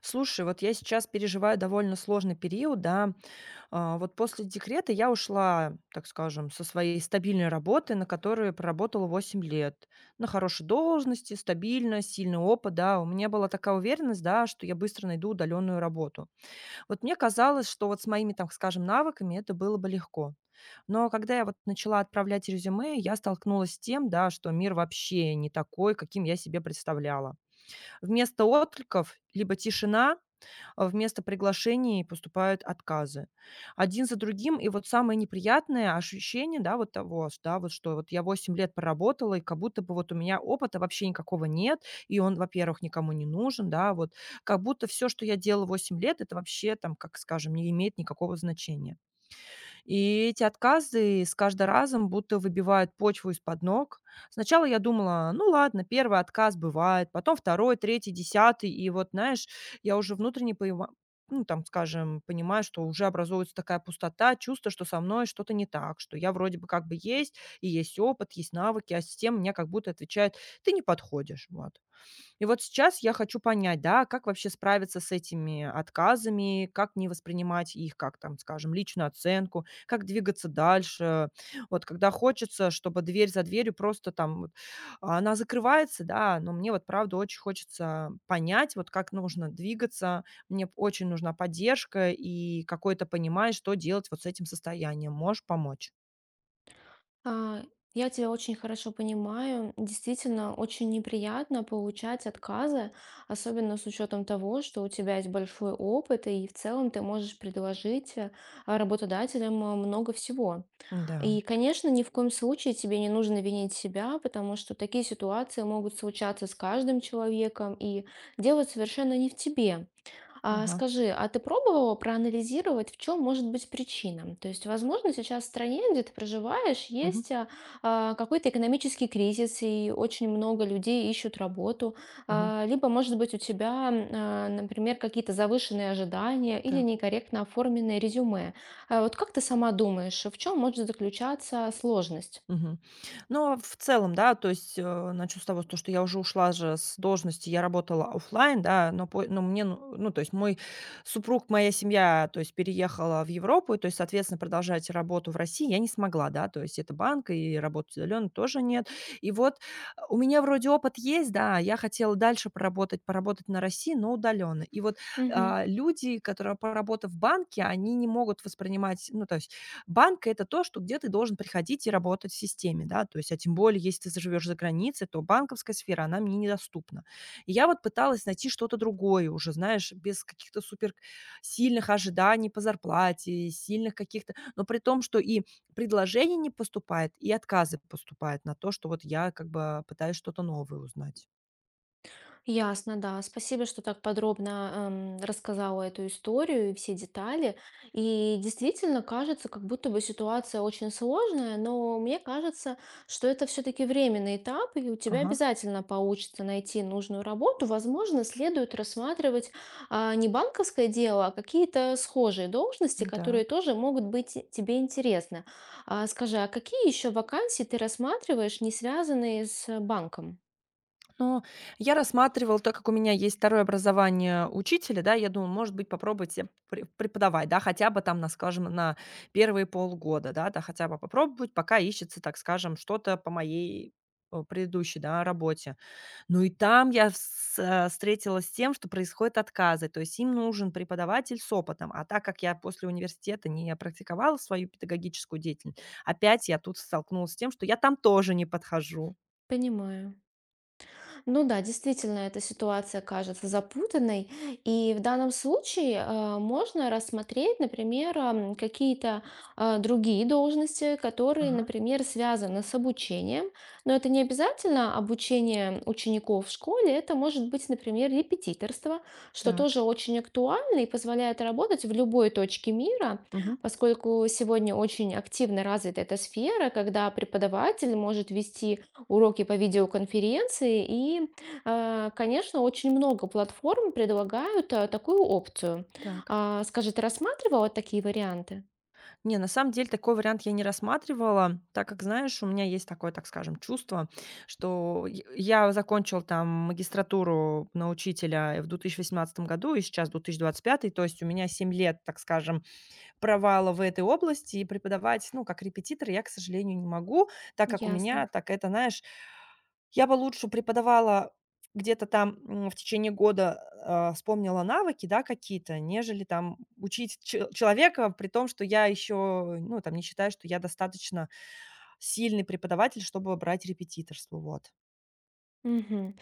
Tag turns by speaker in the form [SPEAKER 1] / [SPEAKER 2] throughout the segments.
[SPEAKER 1] Слушай, вот я сейчас переживаю довольно сложный период, да. Вот после декрета я ушла, так скажем, со своей стабильной работы, на которой проработала 8 лет. На хорошей должности, стабильно, сильный опыт, да. У меня была такая уверенность, да, что я быстро найду удаленную работу. Вот мне казалось, что вот с моими, так скажем, навыками это было бы легко. Но когда я вот начала отправлять резюме, я столкнулась с тем, да, что мир вообще не такой, каким я себе представляла. Вместо откликов либо тишина, вместо приглашений поступают отказы. Один за другим. И вот самое неприятное ощущение, да, вот того, да, вот что вот я 8 лет проработала, и как будто бы вот у меня опыта вообще никакого нет, и он, во-первых, никому не нужен, да, вот как будто все, что я делала 8 лет, это вообще там, как скажем, не имеет никакого значения. И эти отказы с каждым разом будто выбивают почву из-под ног. Сначала я думала, ну ладно, первый отказ бывает, потом второй, третий, десятый. И вот, знаешь, я уже внутренне поима- ну, там, скажем, понимаю, что уже образуется такая пустота, чувство, что со мной что-то не так, что я вроде бы как бы есть, и есть опыт, есть навыки, а система мне как будто отвечает, ты не подходишь, вот. И вот сейчас я хочу понять, да, как вообще справиться с этими отказами, как не воспринимать их как, там, скажем, личную оценку, как двигаться дальше. Вот когда хочется, чтобы дверь за дверью просто там вот, она закрывается, да, но мне вот правда очень хочется понять, вот как нужно двигаться. Мне очень нужна поддержка и какое-то понимание, что делать вот с этим состоянием. Можешь помочь?
[SPEAKER 2] А, Я тебя очень хорошо понимаю. Действительно, очень неприятно получать отказы, особенно с учетом того, что у тебя есть большой опыт, и в целом ты можешь предложить работодателям много всего.
[SPEAKER 1] Да.
[SPEAKER 2] И, конечно, ни в коем случае тебе не нужно винить себя, потому что такие ситуации могут случаться с каждым человеком, и дело совершенно не в тебе. А
[SPEAKER 1] Ага.
[SPEAKER 2] скажи, а ты пробовала проанализировать, в чем может быть причина? То есть, возможно, сейчас в стране, где ты проживаешь, есть
[SPEAKER 1] Мгм.
[SPEAKER 2] какой-то экономический кризис, и очень много людей ищут работу.
[SPEAKER 1] Мгм.
[SPEAKER 2] Либо, может быть, у тебя, например, какие-то завышенные ожидания или
[SPEAKER 1] Так.
[SPEAKER 2] некорректно оформленное резюме. Вот как ты сама думаешь, в чем может заключаться сложность?
[SPEAKER 1] Мгм. Но в целом, да, то есть, начну с того, то, что я уже ушла же с должности, я работала оффлайн, да, но мне, то есть мой супруг, моя семья, то есть переехала в Европу, и, то есть, соответственно, продолжать работу в России я не смогла, да, то есть это банк, и работать удаленно тоже нет. И вот у меня вроде опыт есть, да, я хотела дальше поработать, поработать на России, но удаленно. И вот, люди, которые поработав в банке, они не могут воспринимать, ну, то есть банк- это то, что где ты должен приходить и работать в системе, да, то есть, а тем более, если ты заживешь за границей, то банковская сфера, она мне недоступна. И я вот пыталась найти что-то другое уже, знаешь, без каких-то супер сильных ожиданий по зарплате, сильных каких-то, но при том, что и предложений не поступает, и отказы поступают на то, что вот я как бы пытаюсь что-то новое узнать.
[SPEAKER 2] Ясно, да. Спасибо, что так подробно, рассказала эту историю и все детали. И действительно кажется, как будто бы ситуация очень сложная, но мне кажется, что это все-таки временный этап, и у тебя
[SPEAKER 1] Ага,
[SPEAKER 2] обязательно получится найти нужную работу. Возможно, следует рассматривать, а, не банковское дело, а какие-то схожие должности, которые
[SPEAKER 1] так.
[SPEAKER 2] тоже могут быть тебе интересны. А, скажи, а какие еще вакансии ты рассматриваешь, не связанные с банком?
[SPEAKER 1] Но я рассматривала, так как у меня есть второе образование учителя, да, я думаю, может быть, попробовать ся пре преподавать, да, хотя бы там на, скажем, на первые 0,5 года, да, хотя бы попробовать, пока ищется, так скажем, что-то по моей, предыдущей, да, работе. Ну и там я встретилась с тем, что происходят отказы, то есть им нужен преподаватель с опытом. А так как я после университета не практиковала свою педагогическую деятельность, опять я тут столкнулась с тем, что я там тоже не подхожу.
[SPEAKER 2] Понимаю. Ну да, действительно, эта ситуация кажется запутанной. И в данном случае можно рассмотреть, например, какие-то другие должности, которые,
[SPEAKER 1] Ага,
[SPEAKER 2] например, связаны с обучением. Но это не обязательно обучение учеников в школе. Это может быть, например, репетиторство, что
[SPEAKER 1] так.
[SPEAKER 2] тоже очень актуально и позволяет работать в любой точке мира,
[SPEAKER 1] Мгм.
[SPEAKER 2] поскольку сегодня очень активно развита эта сфера, когда преподаватель может вести уроки по видеоконференции. И, конечно, очень много платформ предлагают такую опцию.
[SPEAKER 1] Так.
[SPEAKER 2] А, скажи, ты рассматривала такие варианты?
[SPEAKER 1] Не, на самом деле такой вариант я не рассматривала, так как, знаешь, у меня есть такое, так скажем, чувство, что я закончила там магистратуру на учителя в 2018 году и сейчас 2025, то есть у меня 7 лет, так скажем, провала в этой области, и преподавать, ну, как репетитор я, к сожалению, не могу, так как у
[SPEAKER 2] Ясно.
[SPEAKER 1] меня, так это, знаешь, я бы лучше преподавала где-то там, в течение года, вспомнила навыки, да, какие-то, нежели там учить че человека, при том, что я еще, ну, там, не считаю, что я достаточно сильный преподаватель, чтобы брать репетиторство, вот.
[SPEAKER 2] Мгм.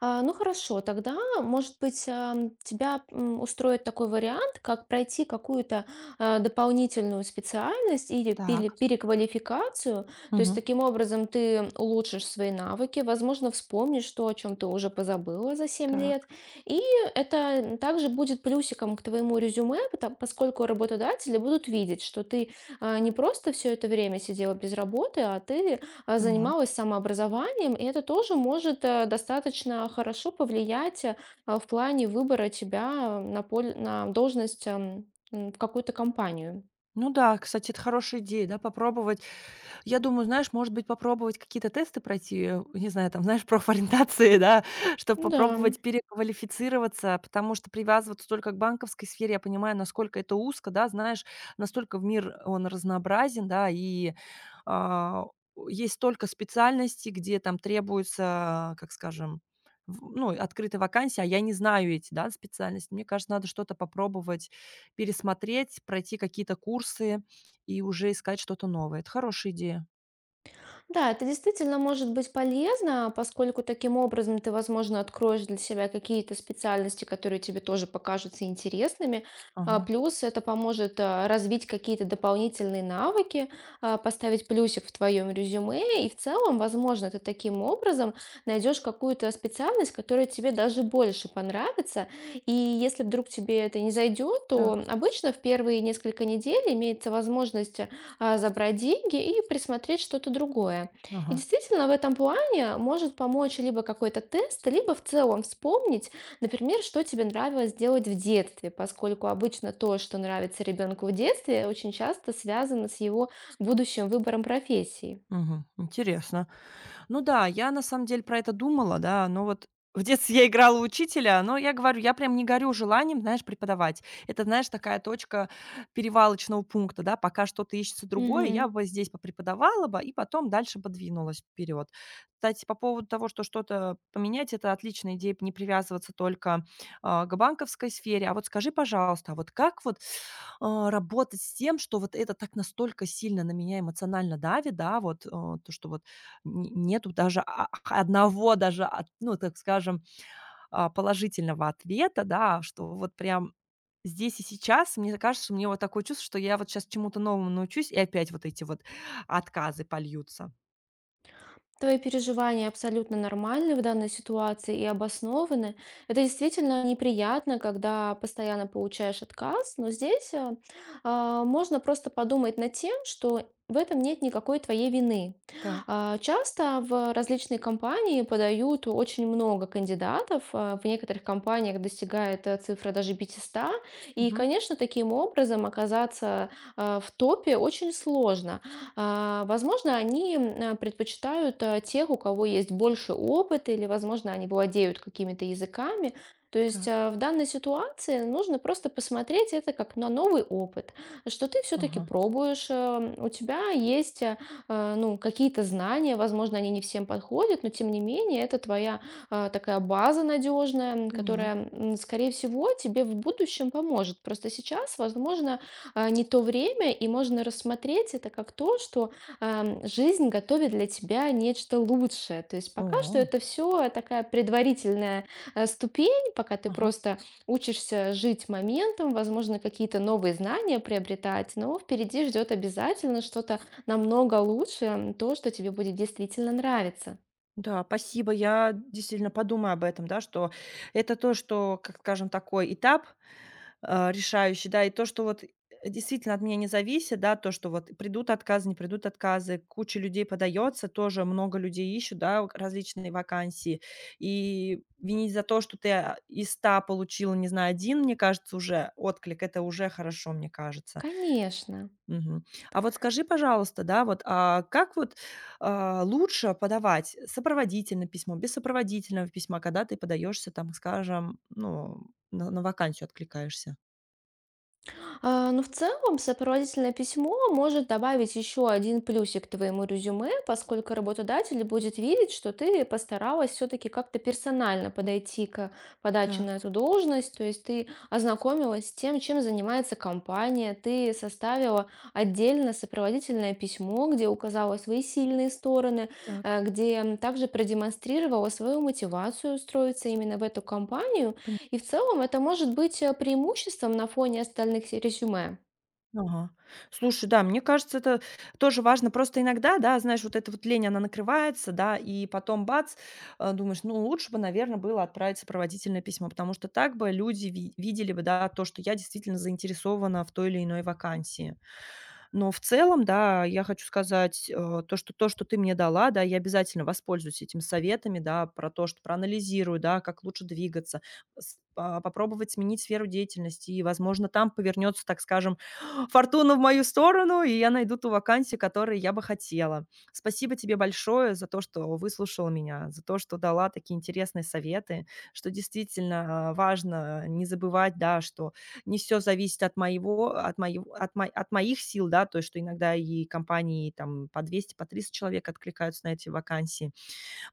[SPEAKER 2] А, ну хорошо, тогда, может быть, тебя устроит такой вариант, как пройти какую-то дополнительную специальность или
[SPEAKER 1] Так.
[SPEAKER 2] переквалификацию. То есть
[SPEAKER 1] Мгм.
[SPEAKER 2] таким образом ты улучшишь свои навыки, возможно, вспомнишь то, о чем ты уже позабыла за семь
[SPEAKER 1] Так,
[SPEAKER 2] лет. И это также будет плюсиком к твоему резюме, поскольку работодатели будут видеть, что ты не просто все это время сидела без работы, а ты
[SPEAKER 1] поняла.
[SPEAKER 2] занималась самообразованием, и это тоже может достаточно хорошо повлиять в плане выбора тебя на, на должность в какую-то компанию.
[SPEAKER 1] Ну да, кстати, это хорошая идея, да, попробовать. Я думаю, знаешь, может быть, попробовать какие-то тесты пройти, не знаю, там, знаешь, профориентации, да, чтобы
[SPEAKER 2] Да.
[SPEAKER 1] попробовать переквалифицироваться, потому что привязываться только к банковской сфере, я понимаю, насколько это узко, да, знаешь, настолько в мир он разнообразен, да, и а, есть столько специальностей, где там требуется, как скажем, ну, открытая вакансия, а я не знаю эти, да, специальности. Мне кажется, надо что-то попробовать пересмотреть, пройти какие-то курсы, и уже искать что-то новое. Это хорошая идея.
[SPEAKER 2] Да, это действительно может быть полезно, поскольку таким образом ты, возможно, откроешь для себя какие-то специальности, которые тебе тоже покажутся интересными. А,
[SPEAKER 1] Ага.
[SPEAKER 2] плюс это поможет развить какие-то дополнительные навыки, поставить плюсик в твоем резюме. И в целом, возможно, ты таким образом найдешь какую-то специальность, которая тебе даже больше понравится. И если вдруг тебе это не зайдет, то
[SPEAKER 1] Так.
[SPEAKER 2] обычно в первые несколько недель имеется возможность забрать деньги и присмотреть что-то другое. И
[SPEAKER 1] Ага.
[SPEAKER 2] действительно, в этом плане может помочь либо какой-то тест, либо в целом вспомнить, например, что тебе нравилось делать в детстве, поскольку обычно то, что нравится ребенку в детстве, очень часто связано с его будущим выбором профессии.
[SPEAKER 1] Мгм. Интересно. Ну да, я на самом деле про это думала, да, но вот в детстве я играла в учителя, но я говорю, я прям не горю желанием, знаешь, преподавать. Это, знаешь, такая точка перевалочного пункта, да, пока что-то ищется другое, я
[SPEAKER 2] Мгм.
[SPEAKER 1] бы здесь попреподавала бы и потом дальше подвинулась вперед. Кстати, по поводу того, что что-то поменять, это отличная идея, не привязываться только к банковской сфере. А вот скажи, пожалуйста, а вот как вот работать с тем, что вот это так настолько сильно на меня эмоционально давит, да, вот то, что вот не нету даже одного даже от ну, так скажем, положительного ответа, да, что вот прям здесь и сейчас. Мне кажется, у меня вот такое чувство, что я вот сейчас чему-то новому научусь, и опять вот эти вот отказы польются.
[SPEAKER 2] Твои переживания абсолютно нормальны в данной ситуации и обоснованы. Это действительно неприятно, когда постоянно получаешь отказ, но здесь можно просто подумать над тем, что в этом нет никакой твоей вины.
[SPEAKER 1] Так.
[SPEAKER 2] А, часто в различные компании подают очень много кандидатов, в некоторых компаниях достигает цифра даже 500, и,
[SPEAKER 1] Мгм.
[SPEAKER 2] конечно, таким образом оказаться в топе очень сложно. А, возможно, они предпочитают тех, у кого есть больше опыта, или, возможно, они владеют какими-то языками. То есть
[SPEAKER 1] Так.
[SPEAKER 2] в данной ситуации нужно просто посмотреть это как на новый опыт, что ты все-таки
[SPEAKER 1] Ага.
[SPEAKER 2] пробуешь, у тебя есть ну, какие-то знания, возможно, они не всем подходят, но тем не менее это твоя такая база надежная,
[SPEAKER 1] Поняла.
[SPEAKER 2] которая, скорее всего, тебе в будущем поможет. Просто сейчас, возможно, не то время, и можно рассмотреть это как то, что жизнь готовит для тебя нечто лучшее. То есть пока что
[SPEAKER 1] О,
[SPEAKER 2] это все такая предварительная ступень, пока ты
[SPEAKER 1] ага.
[SPEAKER 2] просто учишься жить моментом, возможно, какие-то новые знания приобретать, но впереди ждет обязательно что-то намного лучше, то, что тебе будет действительно нравиться.
[SPEAKER 1] Да, спасибо. Я действительно подумаю об этом, да, что это то, что, как скажем, такой этап решающий, да, и то, что вот действительно от меня не зависит, да, то, что вот придут отказы, не придут отказы, куча людей подается, тоже много людей ищут, да, различные вакансии, и винить за то, что ты из 100 получила, не знаю, один, мне кажется, уже отклик, это уже хорошо, мне кажется.
[SPEAKER 2] Конечно.
[SPEAKER 1] Мгм. А вот скажи, пожалуйста, да, вот а как вот лучше подавать сопроводительное письмо, без сопроводительного письма, когда ты подаешься, там, скажем, ну, на вакансию откликаешься?
[SPEAKER 2] А, ну, в целом, сопроводительное письмо может добавить еще один плюсик к твоему резюме, поскольку работодатель будет видеть, что ты постаралась все-таки как-то персонально подойти к подаче на
[SPEAKER 1] Так.
[SPEAKER 2] эту должность, то есть ты ознакомилась с тем, чем занимается компания, ты составила отдельно сопроводительное письмо, где указала свои сильные стороны,
[SPEAKER 1] Так,
[SPEAKER 2] где также продемонстрировала свою мотивацию устроиться именно в эту компанию,
[SPEAKER 1] пони
[SPEAKER 2] и в целом это может быть преимуществом на фоне остальных резюме.
[SPEAKER 1] Ага. Слушай, да, мне кажется, это тоже важно. Просто иногда, да, знаешь, вот эта вот лень, она накрывается, да, и потом бац, думаешь, ну, лучше бы, наверное, было отправить сопроводительное письмо, потому что так бы люди ви видели бы, да, то, что я действительно заинтересована в той или иной вакансии. Но в целом, да, я хочу сказать, то, что ты мне дала, да, я обязательно воспользуюсь этими советами, да, про то, что проанализирую, да, как лучше двигаться, попробовать сменить сферу деятельности, и, возможно, там повернется, так скажем, фортуна в мою сторону, и я найду ту вакансию, которую я бы хотела. Спасибо тебе большое за то, что выслушала меня, за то, что дала такие интересные советы, что действительно важно не забывать, да, что не все зависит от моего от моего от мо от моих сил, да, то, что иногда и компании там по 200, по 300 человек откликаются на эти вакансии.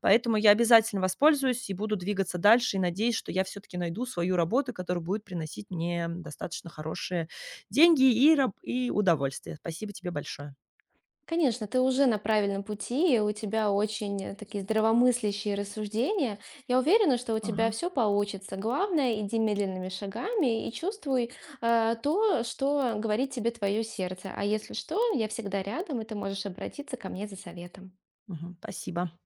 [SPEAKER 1] Поэтому я обязательно воспользуюсь и буду двигаться дальше, и надеюсь, что я все таки найду свою работу, которая будет приносить мне достаточно хорошие деньги и удовольствие. Спасибо тебе большое.
[SPEAKER 2] Конечно, ты уже на правильном пути, и у тебя очень такие здравомыслящие рассуждения. Я уверена, что у
[SPEAKER 1] Ага,
[SPEAKER 2] тебя все получится. Главное, иди медленными шагами и чувствуй то, что говорит тебе твое сердце. А если что, я всегда рядом, и ты можешь обратиться ко мне за советом.
[SPEAKER 1] мгм, спасибо.